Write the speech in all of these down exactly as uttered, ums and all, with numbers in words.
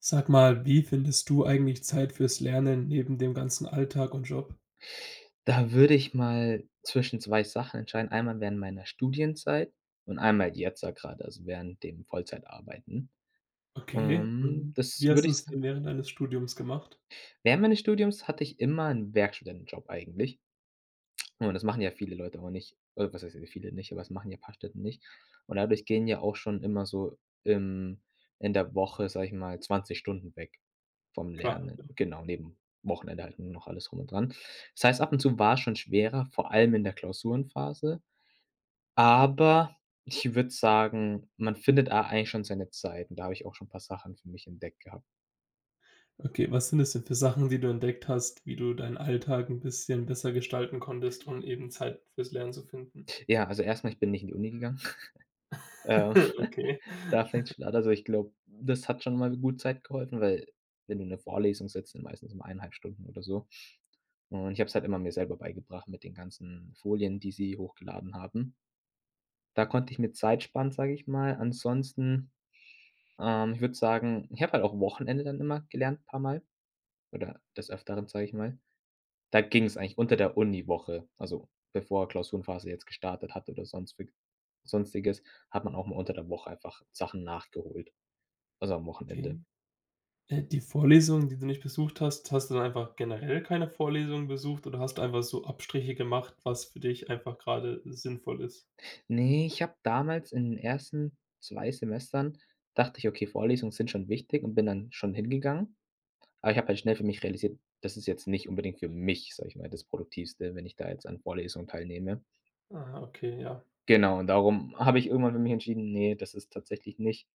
Sag mal, wie findest du eigentlich Zeit fürs Lernen neben dem ganzen Alltag und Job? Da würde ich mal zwischen zwei Sachen entscheiden. Einmal während meiner Studienzeit und einmal jetzt da grade, also während dem Vollzeitarbeiten. Okay, Ähm, mhm. das Wie hast würde ich du's sagen, denn während deines Studiums gemacht? während meines Studiums hatte ich immer 'n Werkstudentenjob eigentlich. Und das machen ja viele Leute aber nicht. Äh, was heißt ja viele nicht, aber das machen ja ein paar Städte nicht. Und dadurch gehen ja auch schon immer so im in der Woche, sage ich mal, zwanzig Stunden weg vom Klar. Lernen. Genau, neben Wochenende halt nur noch alles rum und dran. Das heißt, ab und zu war es schon schwerer, vor allem in der Klausurenphase. Aber ich würde sagen, man findet da eigentlich schon seine Zeit und da habe ich auch schon ein paar Sachen für mich entdeckt gehabt. Okay, was sind es denn für Sachen, die du entdeckt hast, wie du deinen Alltag ein bisschen besser gestalten konntest, um eben Zeit fürs Lernen zu finden? Ja, also erstmal mal, ich bin nicht in die Uni gegangen. Ähm. Okay. Da fängt's schon an. Also, ich glaube, das hat schon mal gut Zeit geholfen, weil wenn du 'ne Vorlesung sitzt, sind meistens um eineinhalb Stunden oder so. Und ich habe es halt immer mir selber beigebracht mit den ganzen Folien, die sie hochgeladen haben. Da konnte ich mir Zeit sparen, sage ich mal. Ansonsten, ähm, ich würde sagen, ich habe halt auch Wochenende dann immer gelernt, paar Mal oder des Öfteren, sage ich mal. Da ging's eigentlich unter der Uniwoche, also, bevor Klausurenphase jetzt gestartet hat oder sonst wi Sonstiges, hat man auch mal unter der Woche einfach Sachen nachgeholt, also, am Wochenende. Okay. Äh, die Vorlesungen, die du nicht besucht hast, hast du dann einfach generell keine Vorlesungen besucht oder hast du einfach so Abstriche gemacht, was für dich einfach gerade sinnvoll ist? Ne, ich habe damals in den ersten zwei Semestern dachte ich: „Okay, Vorlesungen sind schon wichtig“ und bin dann schon hingegangen. Aber ich habe halt schnell für mich realisiert, das ist jetzt nicht unbedingt für mich, sage ich mal, das Produktivste, wenn ich da jetzt an Vorlesungen teilnehme. Ah, okay, ja. Genau, und darum habe ich irgendwann für mich entschieden: nee, das ist tatsächlich nicht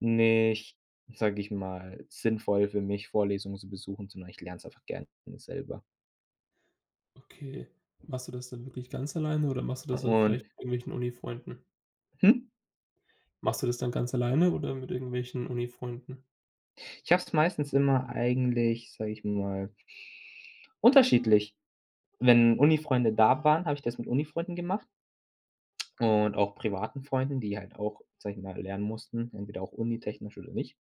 nicht, sage ich mal, sinnvoll für mich, Vorlesungen zu besuchen, sondern ich lerne es einfach gerne selber.“ Okay. Machst du das dann wirklich ganz alleine oder machst du das dann vielleicht Und mit irgendwelchen Unifreunden? hm, Machst du das dann ganz alleine oder mit irgendwelchen Unifreunden? ich habe es meistens immer eigentlich, sage ich mal, unterschiedlich. Wenn Unifreunde da waren, habe ich das mit Unifreunden gemacht und auch privaten Freunden, die halt auch, sage ich mal, lernen mussten, entweder auch unitechnisch oder nicht.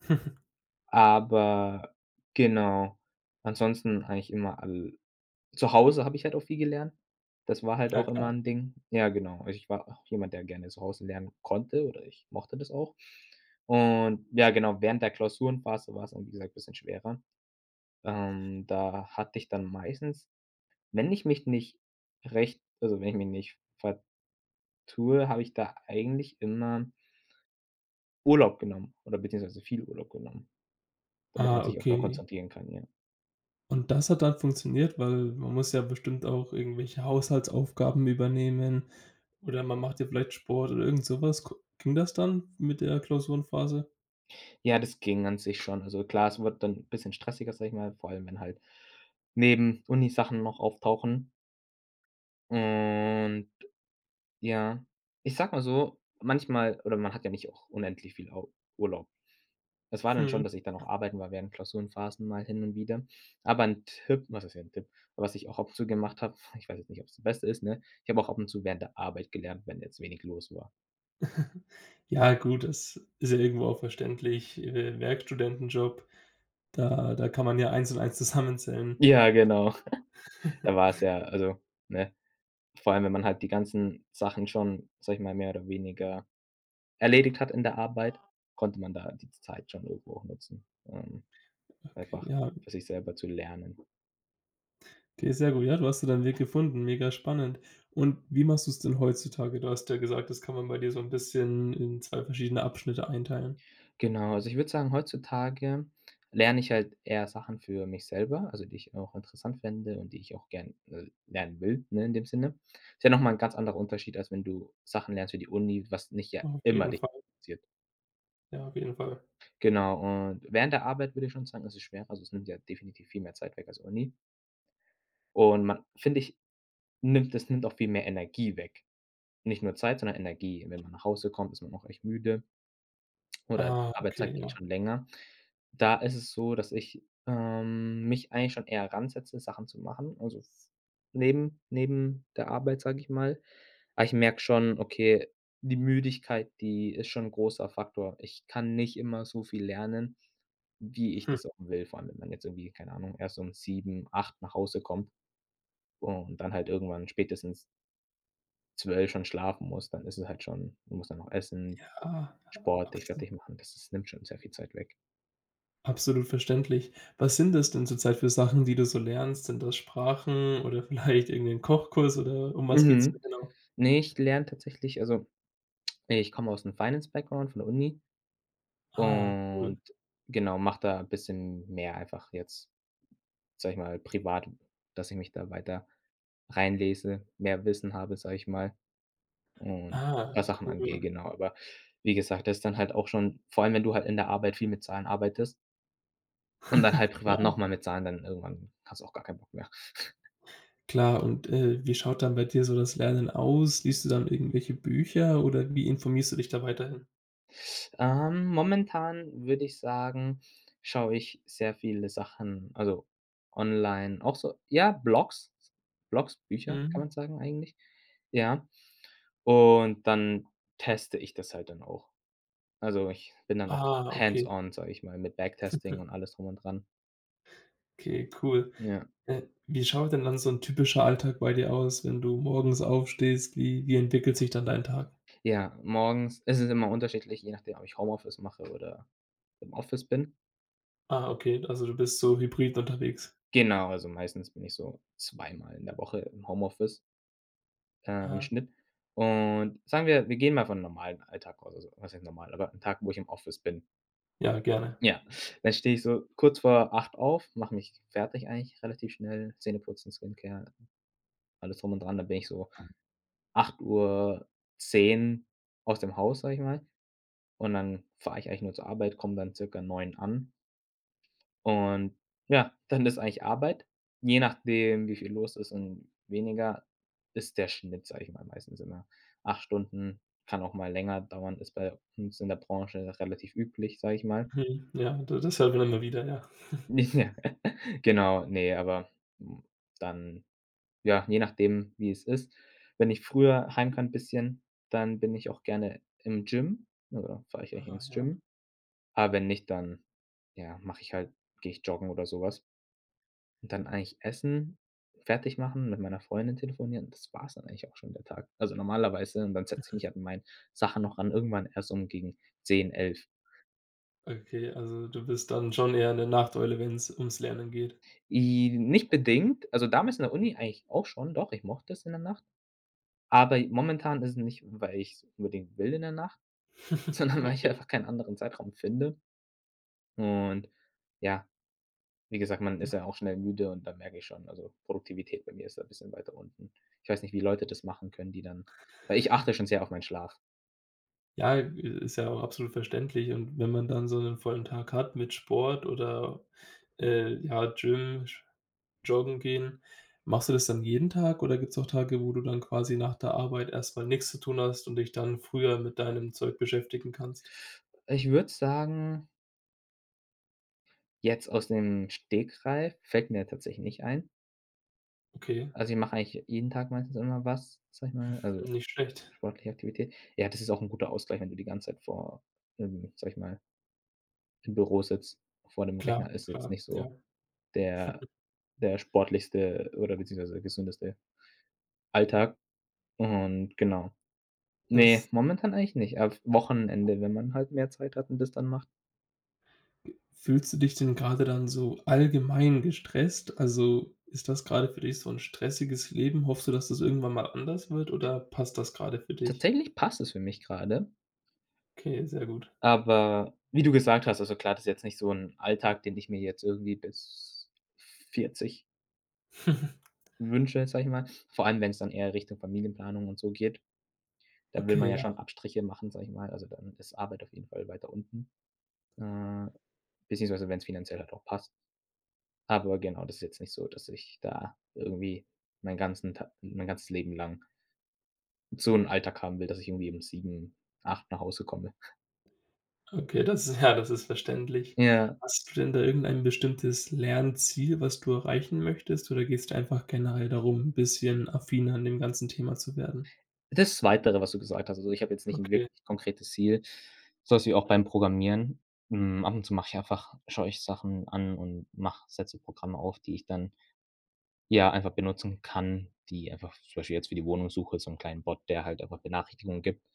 Aber genau, ansonsten eigentlich immer al zu Hause habe ich halt auch viel gelernt. Das war halt Ja, auch immer klar. 'n Ding. Ja, genau. Also, ich war auch jemand, der gerne zu Hause lernen konnte oder ich mochte das auch. Und ja, genau, während der Klausurenphase war's dann, wie gesagt, bisschen schwerer. Ähm, da hatte ich dann meistens, wenn ich mich nicht recht also, wenn ich mich nicht ver Tour habe ich da eigentlich immer Urlaub genommen oder beziehungsweise viel Urlaub genommen, damit man Ah, sich auch da okay. konzentrieren kann, ja. Und das hat dann funktioniert, weil man muss ja bestimmt auch irgendwelche Haushaltsaufgaben übernehmen oder man macht ja vielleicht Sport oder irgend sowas. Ko ging das dann mit der Klausurenphase? Ja, das ging an sich schon. Also klar, es wird dann 'n bisschen stressiger, sage ich mal, vor allem wenn halt neben Uni-Sachen noch auftauchen. Und ja, ich sage mal so, manchmal oder man hat ja nicht auch unendlich viel Au Urlaub. Es war dann Mhm. schon, dass ich dann auch arbeiten war während Klausurenphasen mal hin und wieder. Aber 'n Tipp, was heißt ja 'n Tipp, was ich auch ab und zu gemacht habe, ich weiß jetzt nicht, ob's das Beste ist, ne? Ich habe auch ab und zu während der Arbeit gelernt, wenn jetzt wenig los war. Ja gut, das ist ja irgendwo auch verständlich. Äh, Werkstudentenjob, da da kann man ja eins und eins zusammenzählen. Ja, genau. Da war es ja also, ne? Vor allem, wenn man halt die ganzen Sachen schon, sage ich mal, mehr oder weniger erledigt hat in der Arbeit, konnte man da die Zeit schon irgendwo auch nutzen, ähm, Okay, einfach ja. für sich selber zu lernen. Okay, sehr gut. Ja, du hast da deinen Weg gefunden, mega spannend. Und wie machst du es denn heutzutage? Du hast ja gesagt, das kann man bei dir so ein bisschen in zwei verschiedene Abschnitte einteilen. Genau, also ich würde sagen, heutzutage lerne ich halt eher Sachen für mich selber, also die ich auch interessant fände und die ich auch gern, äh, lernen will, ne, in dem Sinne. Ist ja noch mal 'n ganz anderer Unterschied, als wenn du Sachen lernst für die Uni, was nicht ja Auf immer jeden dich Fall, interessiert. ja, auf jeden Fall. Genau, und während der Arbeit würde ich schon sagen, ist es schwerer. Also, es nimmt ja definitiv viel mehr Zeit weg als Uni. Und man, finde ich, nimmt es nimmt auch viel mehr Energie weg. Nicht nur Zeit, sondern Energie. Wenn man nach Hause kommt, ist man auch echt müde oder der Ah, okay, Arbeitstag geht ja. schon länger. Da ist es so, dass ich, ähm, mich eigentlich schon eher ransetze, Sachen zu machen, also f neben neben der Arbeit, sage ich mal. Aber ich merke schon, okay, die Müdigkeit, die ist schon 'n großer Faktor. Ich kann nicht immer so viel lernen, wie ich Hm. das auch will, vor allem, wenn man jetzt irgendwie, keine Ahnung, erst um sieben, acht nach Hause kommt und dann halt irgendwann spätestens zwölf schon schlafen muss, dann ist es halt schon, du musst dann noch essen, Ja, Sport, dich abso fertig machen. Das das nimmt schon sehr viel Zeit weg. absolut verständlich. Was sind das denn zurzeit für Sachen, die du so lernst? Sind das Sprachen oder vielleicht irgendein Kochkurs oder um was geht's da Mhm. genau? Ne, ich lerne tatsächlich, also, ich komme aus 'nem Finance-Background von der Uni Ah, cool. und genau, mache da bisschen mehr einfach jetzt, sage ich mal, privat, dass ich mich da weiter reinlese, mehr Wissen habe, sage ich mal, und was Ah, Sachen cool. angehe, genau. Aber wie gesagt, das ist dann halt auch schon, vor allem, wenn du halt in der Arbeit viel mit Zahlen arbeitest und dann halt privat noch mal mit Zahlen, dann irgendwann hast du auch gar keinen Bock mehr. Klar, und, äh, wie schaut dann bei dir so das Lernen aus? Liest du dann irgendwelche Bücher oder wie informierst du dich da weiterhin? Ähm, momentan würde ich sagen, schaue ich sehr viele Sachen, also online, auch so ja, Blogs, Blogs, Bücher, kann Mhm. man sagen eigentlich. Ja, und dann teste ich das halt dann auch. Also, ich bin dann auch Ah, hands okay. on, sage ich mal, mit Backtesting und alles drum und dran. Okay, cool. Ja. Äh, wie schaut denn dann so ein typischer Alltag bei dir aus, wenn du morgens aufstehst? Wie wie entwickelt sich dann dein Tag? Ja, morgens ist es immer unterschiedlich, je nachdem, ob ich Homeoffice mache oder im Office bin. Ah, okay, also du bist so hybrid unterwegs. Genau, also meistens bin ich so zweimal in der Woche im Homeoffice, äh, im Aha. Schnitt. Und sagen wir, wir gehen mal von einem normalen Alltag aus, also was heißt normal, aber ein Tag, wo ich im Office bin. Ja, gerne. Ja, dann stehe ich so kurz vor acht auf, mache mich fertig eigentlich relativ schnell, Zähne putzen, Skincare, alles drum und dran. Dann bin ich so acht Uhr zehn aus dem Haus, sage ich mal, und dann fahre ich eigentlich nur zur Arbeit, komme dann circa neun an. Und ja, dann ist eigentlich Arbeit. Je nachdem, wie viel los ist und weniger, ist der Schnitt, sage ich mal, meistens immer acht Stunden, kann auch mal länger dauern, ist bei uns in der Branche relativ üblich, sage ich mal. Mhm. Ja, d das hört man immer wieder, ja. Ja, genau, nee aber, hm, dann ja, je nachdem, wie es ist. Wenn ich früher heim kann ein bisschen, dann bin ich auch gerne im Gym oder fahre ich eigentlich Ah, ins ja. Gym. Aber wenn nicht, dann, ja, mache ich halt, gehe ich joggen oder sowas. Und dann eigentlich essen, fertig machen, mit meiner Freundin telefonieren, das war's dann eigentlich auch schon der Tag. Also, normalerweise, und dann setze ich mich an meinen Sachen noch ran, irgendwann erst um gegen zehn, elf. Okay, also du bist dann schon eher 'ne Nachteule, wenn es ums Lernen geht. I Nicht bedingt, also, damals in der Uni eigentlich auch schon, doch, ich mochte es in der Nacht, aber momentan ist es nicht, weil ich's unbedingt will in der Nacht, sondern weil ich Okay. einfach keinen anderen Zeitraum finde. Und ja, wie gesagt, man ist ja auch schnell müde und da merke ich schon, also, Produktivität bei mir ist da ein bisschen weiter unten. Ich weiß nicht, wie Leute das machen können, die dann, weil ich achte schon sehr auf meinen Schlaf. Ja, ist ja auch absolut verständlich, und wenn man dann so einen vollen Tag hat mit Sport oder, äh, ja, Gym, Sch joggen gehen, machst du das dann jeden Tag oder gibt es auch Tage, wo du dann quasi nach der Arbeit erstmal nichts zu tun hast und dich dann früher mit deinem Zeug beschäftigen kannst? Ich würde sagen, jetzt aus dem Stegreif fällt mir tatsächlich nicht ein. Okay, Also, ich mache eigentlich jeden Tag meistens immer was, sage ich mal, also nicht schlecht. sportliche Aktivität. Ja, das ist auch ein guter Ausgleich, wenn du die ganze Zeit vor, ähm, sage ich mal, im Büro sitzt. Vor dem Klar, Rechner ist jetzt klar, nicht so ja. der der sportlichste oder beziehungsweise gesündeste Alltag und genau. Nee, Das momentan eigentlich nicht. Auf Wochenende, wenn man halt mehr Zeit hat und das dann macht. fühlst du dich denn gerade dann so allgemein gestresst? Also, ist das gerade für dich so ein stressiges Leben? Hoffst du, dass das irgendwann mal anders wird oder passt das gerade für dich? Tatsächlich passt es für mich gerade. Okay, sehr gut. Aber wie du gesagt hast, also klar, das ist jetzt nicht so 'n Alltag, den ich mir jetzt irgendwie bis vierzig wünsche, sage ich mal. Vor allem, wenn's dann eher Richtung Familienplanung und so geht. Da will man Okay, ja ja, schon Abstriche machen, sage ich mal. Also, dann ist Arbeit auf jeden Fall weiter unten, äh, beziehungsweise wenn's finanziell halt auch passt. Aber genau, das ist jetzt nicht so, dass ich da irgendwie meinen ganzen Ta mein ganzes Leben lang so 'n Alltag haben will, dass ich irgendwie um sieben, acht nach Hause komme. okay, das ist ja, das ist verständlich. Ja. Hast du denn da irgendein bestimmtes Lernziel, was du erreichen möchtest, oder gehst du einfach generell darum, ein bisschen affiner an dem ganzen Thema zu werden? Das Weitere, was du gesagt hast. Also, ich habe jetzt nicht 'n Okay, wirklich konkretes Ziel, so was wie auch beim Programmieren. Hm, ab und zu mache ich einfach, schaue ich Sachen an und mache, setze Programme auf, die ich dann, ja, einfach benutzen kann, die einfach zum Beispiel jetzt für die Wohnungssuche so 'n kleinen Bot, der halt einfach Benachrichtigungen gibt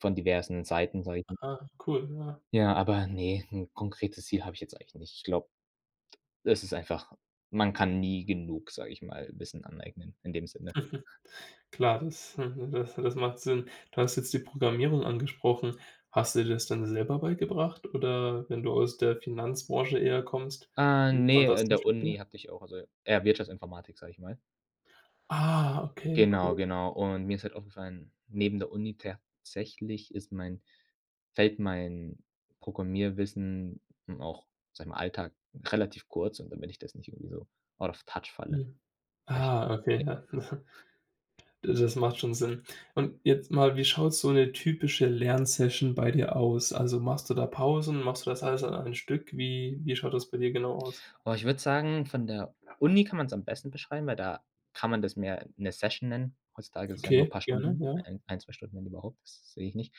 von diversen Seiten, sage ich mal. ah, cool, ja. Ja, aber ne, 'n konkretes Ziel habe ich jetzt eigentlich nicht. Ich glaube, es ist einfach, man kann nie genug, sage ich mal, Wissen aneignen in dem Sinne. Klar, das hm, das das macht Sinn. Du hast jetzt die Programmierung angesprochen. Hast du dir das dann selber beigebracht oder wenn du aus der Finanzbranche eher kommst, Äh, wie kam ne, das in der zustande? Uni hatte ich auch, also eher Wirtschaftsinformatik, sage ich mal. Ah, okay, Genau, cool. genau. Und mir ist halt aufgefallen, neben der Uni tatsächlich ist mein fällt mein Programmierwissen und auch, sage ich mal, Alltag relativ kurz, und damit ich das nicht irgendwie so out of touch falle, Mhm. habe ich... Ah, okay, ja. Das macht schon Sinn. Und jetzt mal, wie schaut so eine typische Lernsession bei dir aus? Also, machst du da Pausen? Machst du das alles an einem Stück? Wie wie schaut das bei dir genau aus? Aber ich würde sagen, von der Uni kann man es am besten beschreiben, weil da kann man das mehr 'ne Session nennen. Heutzutage ist ja nur Okay, paar gerne, Stunden, ja. ein ein, zwei Stunden, wenn überhaupt, das sehe ich nicht.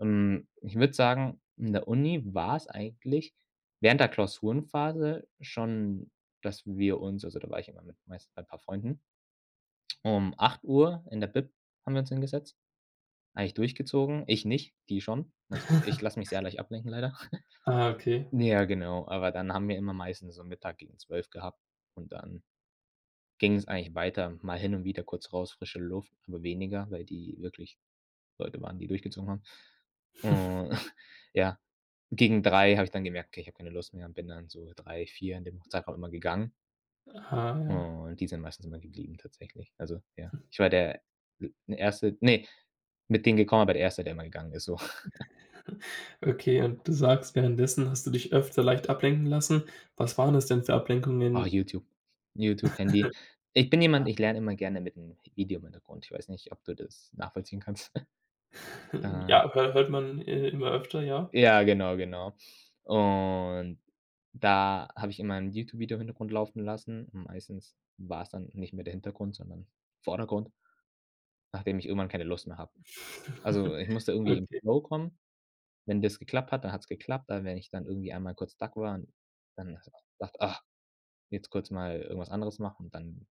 Ähm, ich würde sagen, in der Uni war's eigentlich während der Klausurenphase schon, dass wir uns, also da war ich immer mit, meist bei paar Freunden, um acht Uhr in der Bib haben wir uns hingesetzt, eigentlich durchgezogen. Ich nicht, die schon. Also, ich lasse mich sehr leicht ablenken leider. Ah, okay. Ja, genau, aber dann haben wir immer meistens so Mittag gegen zwölf gehabt und dann ging's eigentlich weiter. Mal hin und wieder kurz raus, frische Luft, aber weniger, weil die wirklich Leute waren, die durchgezogen haben. Und ja, gegen drei habe ich dann gemerkt: „Okay, ich habe keine Lust mehr“, und bin dann so drei vier in dem Zeitraum immer gegangen, Ah, ja. und die sind meistens immer geblieben tatsächlich. Also, ja, ich war der Erste, ne, mit denen gekommen, aber der Erste, der immer gegangen ist so. Okay, und du sagst, währenddessen hast du dich öfter leicht ablenken lassen. Was waren es denn für Oh, Ablenkungen? YouTube. YouTube, Handy. Ich bin jemand, ich lerne immer gerne mit einem Video im Hintergrund. Ich weiß nicht, ob du das nachvollziehen kannst. Äh Ja, hö hört man, äh, immer öfter, ja? Ja, genau, genau. Und da habe ich immer 'n YouTube-Video im Hintergrund laufen lassen. Und meistens war es dann nicht mehr der Hintergrund, sondern Vordergrund, nachdem ich irgendwann keine Lust mehr habe. Also, ich musste irgendwie im Okay, Flow kommen. Wenn das geklappt hat, dann hat's geklappt, aber wenn ich dann irgendwie einmal kurz stuck war und dann dachte: „Ach, jetzt kurz mal irgendwas anderes machen“, und dann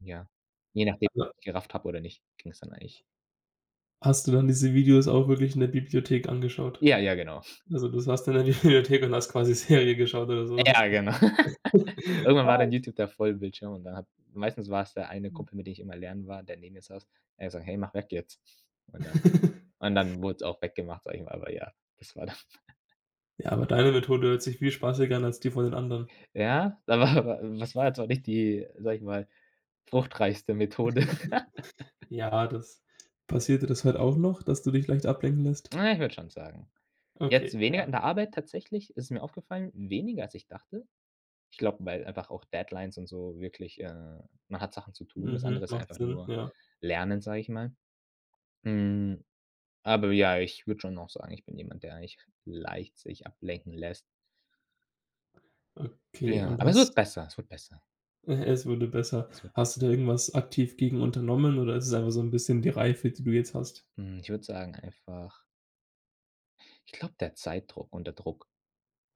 ja, je nachdem, ob also, ich's gerafft habe oder nicht, ging es dann eigentlich. hast du dann diese Videos auch wirklich in der Bibliothek angeschaut? Ja, ja, genau. Also, du saßt in der Bibliothek und hast quasi Serie geschaut oder so was? Ja, genau. Irgendwann war Ah, dann okay. YouTube der Vollbildschirm, und dann hat, meistens war es der eine Kumpel, mit dem ich immer lernen war, der neben mir saß. Er hat gesagt: „Hey, mach weg jetzt.“ Und dann und dann wurde es auch weggemacht, sage ich mal, aber ja, das war dann... Ja, aber deine Methode hört sich viel spaßiger an als die von den anderen. ja, aber das war jetzt auch nicht die, sage ich mal, fruchtreichste Methode. Ja, das passiert dir das heute auch noch, dass du dich leicht ablenken lässt? Na, ich würde schon sagen. Jetzt Okay, weniger in ja. der Arbeit tatsächlich ist mir aufgefallen, weniger als ich dachte. Ich glaube, weil einfach auch Deadlines und so wirklich, äh man hat Sachen zu tun. Das Mhm, andere ist macht einfach Sinn, nur ja. Lernen, sage ich mal. Hm, Aber ja, ich würde schon noch sagen, ich bin jemand, der eigentlich leicht sich ablenken lässt. Okay, Ja, und aber es wird hast besser, es wird besser. äh, es wurde besser. Es wird Hast du besser. da irgendwas aktiv gegen unternommen oder ist es einfach so 'n bisschen die Reife, die du jetzt hast? Hm, ich würde sagen einfach, ich glaube, der Zeitdruck und der Druck.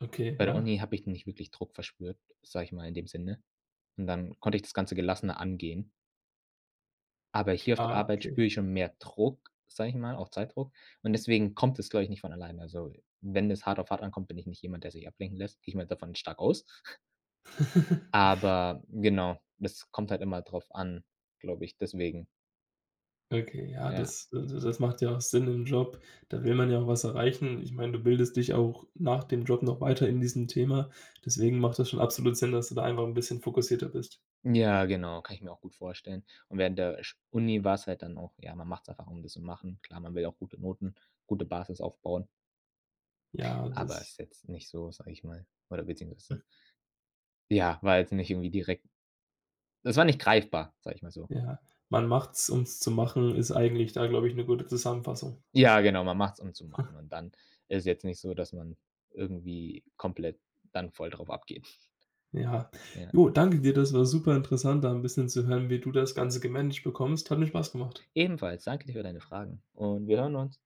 Okay, Bei der ja, Uni habe ich nicht wirklich Druck verspürt, sage ich mal in dem Sinne. Und dann konnte ich das Ganze gelassener angehen. Aber hier auf der klar, Arbeit okay. spüre ich schon mehr Druck, sage ich mal, auch Zeitdruck. Und deswegen kommt es, glaube ich, nicht von alleine. Also, wenn es hart auf hart ankommt, bin ich nicht jemand, der sich ablenken lässt. Gehe ich mal davon stark aus. Aber genau, das kommt halt immer drauf an, glaube ich, deswegen, Okay, ja, ja. das das macht ja auch Sinn im Job. Da will man ja auch was erreichen. Ich meine, du bildest dich auch nach dem Job noch weiter in diesem Thema. Deswegen macht das schon absolut Sinn, dass du da einfach ein bisschen fokussierter bist. Ja, genau, kann ich mir auch gut vorstellen. Und während der Sch Uni war es halt dann auch, ja, man macht es einfach, um das zu machen. Klar, man will auch gute Noten, gute Basis aufbauen, Ja, aber das es ist jetzt nicht so, sage ich mal, oder beziehungsweise ja, war jetzt nicht irgendwie direkt, das war nicht greifbar, sage ich mal so. ja. Man macht's, um's zu machen, ist eigentlich da, glaube ich, eine gute Zusammenfassung. Ja, genau, man macht es um zu machen, und dann ist jetzt nicht so, dass man irgendwie komplett dann voll drauf abgeht. Ja. Ja. Jo, danke dir. Das war super interessant, da ein bisschen zu hören, wie du das Ganze gemanagt bekommst. Hat mir Spaß gemacht. Ebenfalls, danke dir für deine Fragen, und wir hören uns.